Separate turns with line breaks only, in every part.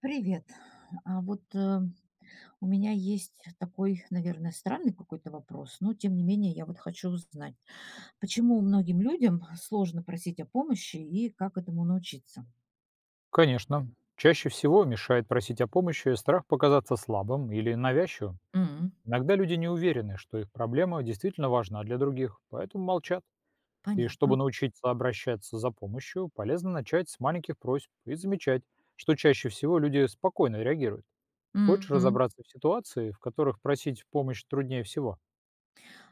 Привет. А вот у меня есть такой, наверное, странный какой-то вопрос, но тем не менее я вот хочу узнать, почему многим людям сложно просить о помощи и как этому научиться?
Конечно. Чаще всего мешает просить о помощи страх показаться слабым или навязчивым.
М.
Иногда люди не уверены, что их проблема действительно важна для других, поэтому молчат. И чтобы
Понятно.
научиться обращаться за помощью, полезно начать с маленьких просьб и замечать, что чаще всего люди спокойно реагируют. Хочешь
М.
разобраться в ситуации, в которых просить помощь труднее всего?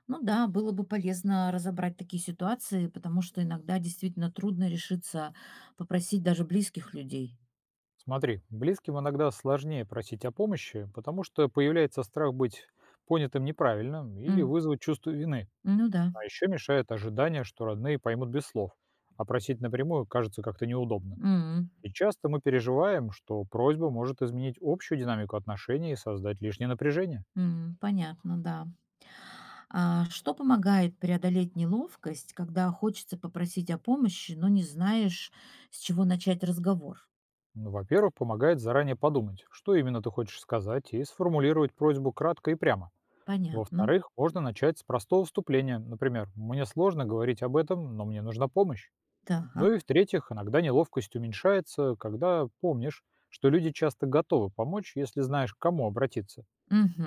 Ну да, было бы полезно разобрать такие ситуации, потому что иногда действительно трудно решиться попросить даже близких людей.
Смотри, близким иногда сложнее просить о помощи, потому что появляется страх быть понятым неправильно или
М.
вызвать чувство вины.
Ну да.
А еще мешает ожидание, что родные поймут без слов, а просить напрямую кажется как-то неудобно.
М.
И часто мы переживаем, что просьба может изменить общую динамику отношений и создать лишнее напряжение.
М, понятно, да. А что помогает преодолеть неловкость, когда хочется попросить о помощи, но не знаешь, с чего начать разговор?
Ну, во-первых, помогает заранее подумать, что именно ты хочешь сказать, и сформулировать просьбу кратко и прямо.
Понятно.
Во-вторых, можно начать с простого вступления, например, «Мне сложно говорить об этом, но мне нужна помощь». Ну и
Так.
в-третьих, иногда неловкость уменьшается, когда помнишь, что люди часто готовы помочь, если знаешь, к кому обратиться.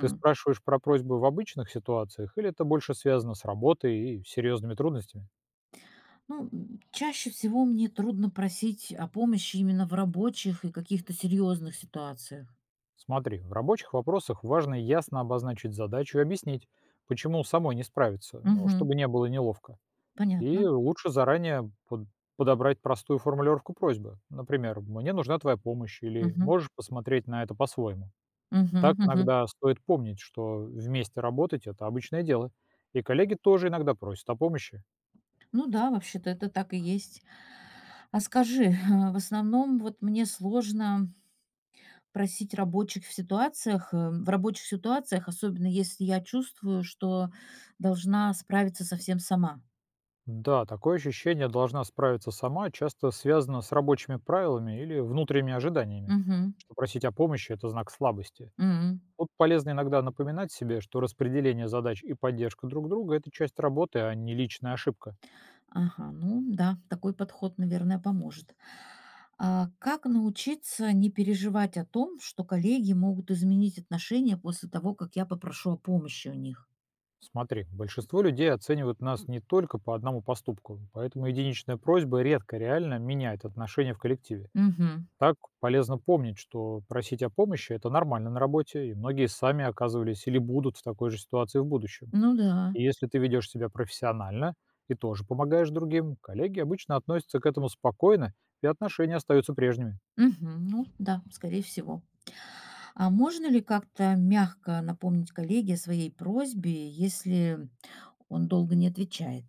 Ты спрашиваешь про просьбы в обычных ситуациях или это больше связано с работой и серьезными трудностями?
Ну, чаще всего мне трудно просить о помощи именно в рабочих и каких-то серьезных ситуациях.
Смотри, в рабочих вопросах важно ясно обозначить задачу и объяснить, почему самой не справиться, ну,
Мгм.
чтобы не было неловко. И
Понятно.
лучше заранее подобрать простую формулировку просьбы. Например, «Мне нужна твоя помощь» или
Мгм.
«Можешь посмотреть на это по-своему». Так
Мгм. Мгм.
иногда стоит помнить, что вместе работать — это обычное дело. И коллеги тоже иногда просят о помощи.
Ну да, вообще-то это так и есть. А скажи, в основном вот мне сложно просить рабочих в рабочих ситуациях, особенно если я чувствую, что должна справиться совсем сама.
Да, такое ощущение должна справиться сама часто связано с рабочими правилами или внутренними ожиданиями,
Мгм.
что просить о помощи — это знак слабости.
М.
Тут полезно иногда напоминать себе, что распределение задач и поддержка друг друга — это часть работы, а не личная ошибка.
Ага, ну да, такой подход, наверное, поможет. А как научиться не переживать о том, что коллеги могут изменить отношения после того, как я попрошу о помощи у них?
Смотри, большинство людей оценивают нас не только по одному поступку, поэтому единичная просьба редко реально меняет отношения в коллективе.
Мгм.
Так полезно помнить, что просить о помощи — это нормально на работе, и многие сами оказывались или будут в такой же ситуации в будущем.
Ну да.
И если ты ведешь себя профессионально и тоже помогаешь другим, коллеги обычно относятся к этому спокойно, и отношения остаются прежними.
Мгм. Ну да, скорее всего. А можно ли как-то мягко напомнить коллеге о своей просьбе, если он долго не отвечает?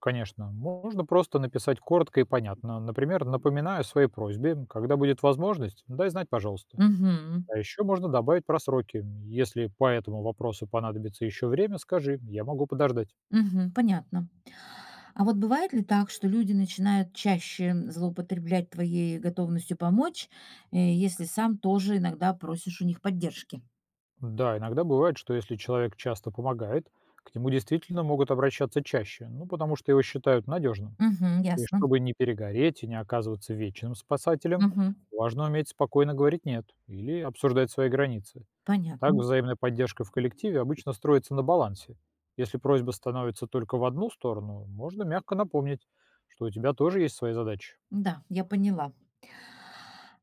Конечно, можно просто написать коротко и понятно. Например, напоминаю о своей просьбе, когда будет возможность, дай знать, пожалуйста.
Мгм.
А еще можно добавить про сроки. Если по этому вопросу понадобится еще время, скажи, я могу подождать.
Мгм. Понятно. А вот бывает ли так, что люди начинают чаще злоупотреблять твоей готовностью помочь, если сам тоже иногда просишь у них поддержки?
Да, иногда бывает, что если человек часто помогает, к нему действительно могут обращаться чаще, ну, потому что его считают надежным.
Мгм.
И
Ясно.
чтобы не перегореть и не оказываться вечным спасателем,
Мгм.
важно уметь спокойно говорить «нет» или обсуждать свои границы. Так
Понятно.
взаимная поддержка в коллективе обычно строится на балансе. Если просьба становится только в одну сторону, можно мягко напомнить, что у тебя тоже есть свои задачи.
Да, я поняла.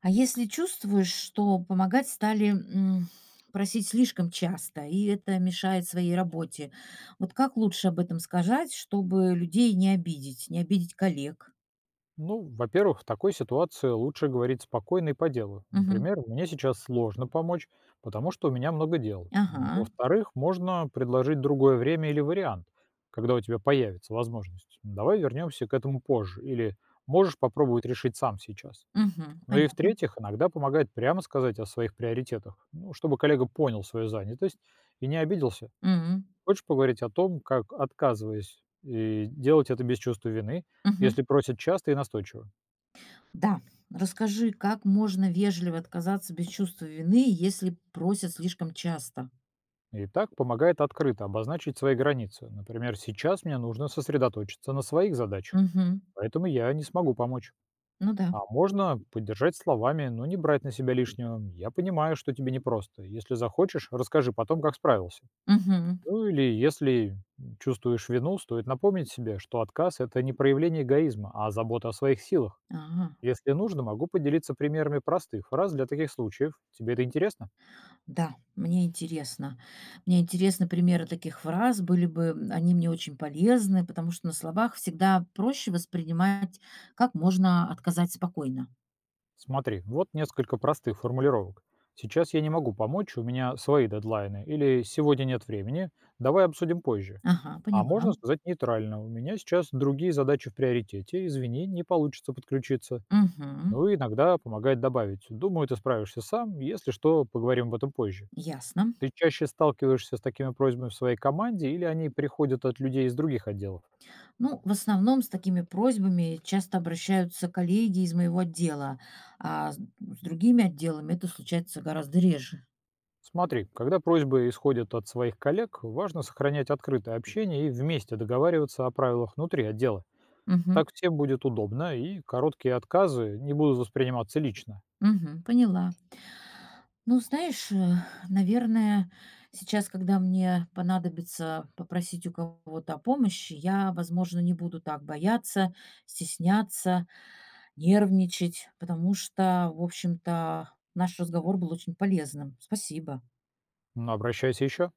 А если чувствуешь, что помогать стали просить слишком часто, и это мешает своей работе, вот как лучше об этом сказать, чтобы людей не обидеть коллег?
Ну, во-первых, в такой ситуации лучше говорить спокойно и по делу.
Мгм.
Например, мне сейчас сложно помочь, потому что у меня много дел.
Ага,
Во-вторых, можно предложить другое время или вариант, когда у тебя появится возможность. «Ну, давай вернемся к этому позже. Или можешь попробовать решить сам сейчас».
мгм,
Ну и
понятно.
в-третьих, иногда помогает прямо сказать о своих приоритетах, ну, чтобы коллега понял свою занятость и не обиделся.
Мгм,
Хочешь поговорить о том, как отказываясь и делать это без чувства вины,
мгм.
если просят часто и настойчиво?
Да, расскажи, как можно вежливо отказаться без чувства вины, если просят слишком часто?
И так помогает открыто обозначить свои границы. Например, сейчас мне нужно сосредоточиться на своих задачах,
Мгм.
поэтому я не смогу помочь.
Ну да.
А можно поддержать словами, но не брать на себя лишнего. Я понимаю, что тебе непросто. Если захочешь, расскажи потом, как справился.
Мгм.
Ну или если чувствуешь вину, стоит напомнить себе, что отказ — это не проявление эгоизма, а забота о своих силах.
Ага.
Если нужно, могу поделиться примерами простых фраз для таких случаев. Тебе это интересно?
Да, мне интересно. Мне интересны примеры таких фраз, были бы они мне очень полезны, потому что на словах всегда проще воспринимать, как можно отказать спокойно.
Смотри, вот несколько простых формулировок. Сейчас я не могу помочь, у меня свои дедлайны, или сегодня нет времени, давай обсудим позже.
Ага,
А
поняла.
можно сказать нейтрально, у меня сейчас другие задачи в приоритете, извини, не получится подключиться.
Мгм.
Ну и иногда помогает добавить, думаю, ты справишься сам, если что, поговорим об этом позже.
Ясно.
Ты чаще сталкиваешься с такими просьбами в своей команде или они приходят от людей из других отделов?
Ну, в основном с такими просьбами часто обращаются коллеги из моего отдела, а с другими отделами это случается гораздо реже.
Смотри, когда просьбы исходят от своих коллег, важно сохранять открытое общение и вместе договариваться о правилах внутри отдела.
Мгм.
Так всем будет удобно, и короткие отказы не будут восприниматься лично.
Мгм. Поняла. Ну, знаешь, наверное, сейчас, когда мне понадобится попросить у кого-то о помощи, я, возможно, не буду так бояться, стесняться, нервничать, потому что, в общем-то, наш разговор был очень полезным. Спасибо.
Но обращайся еще.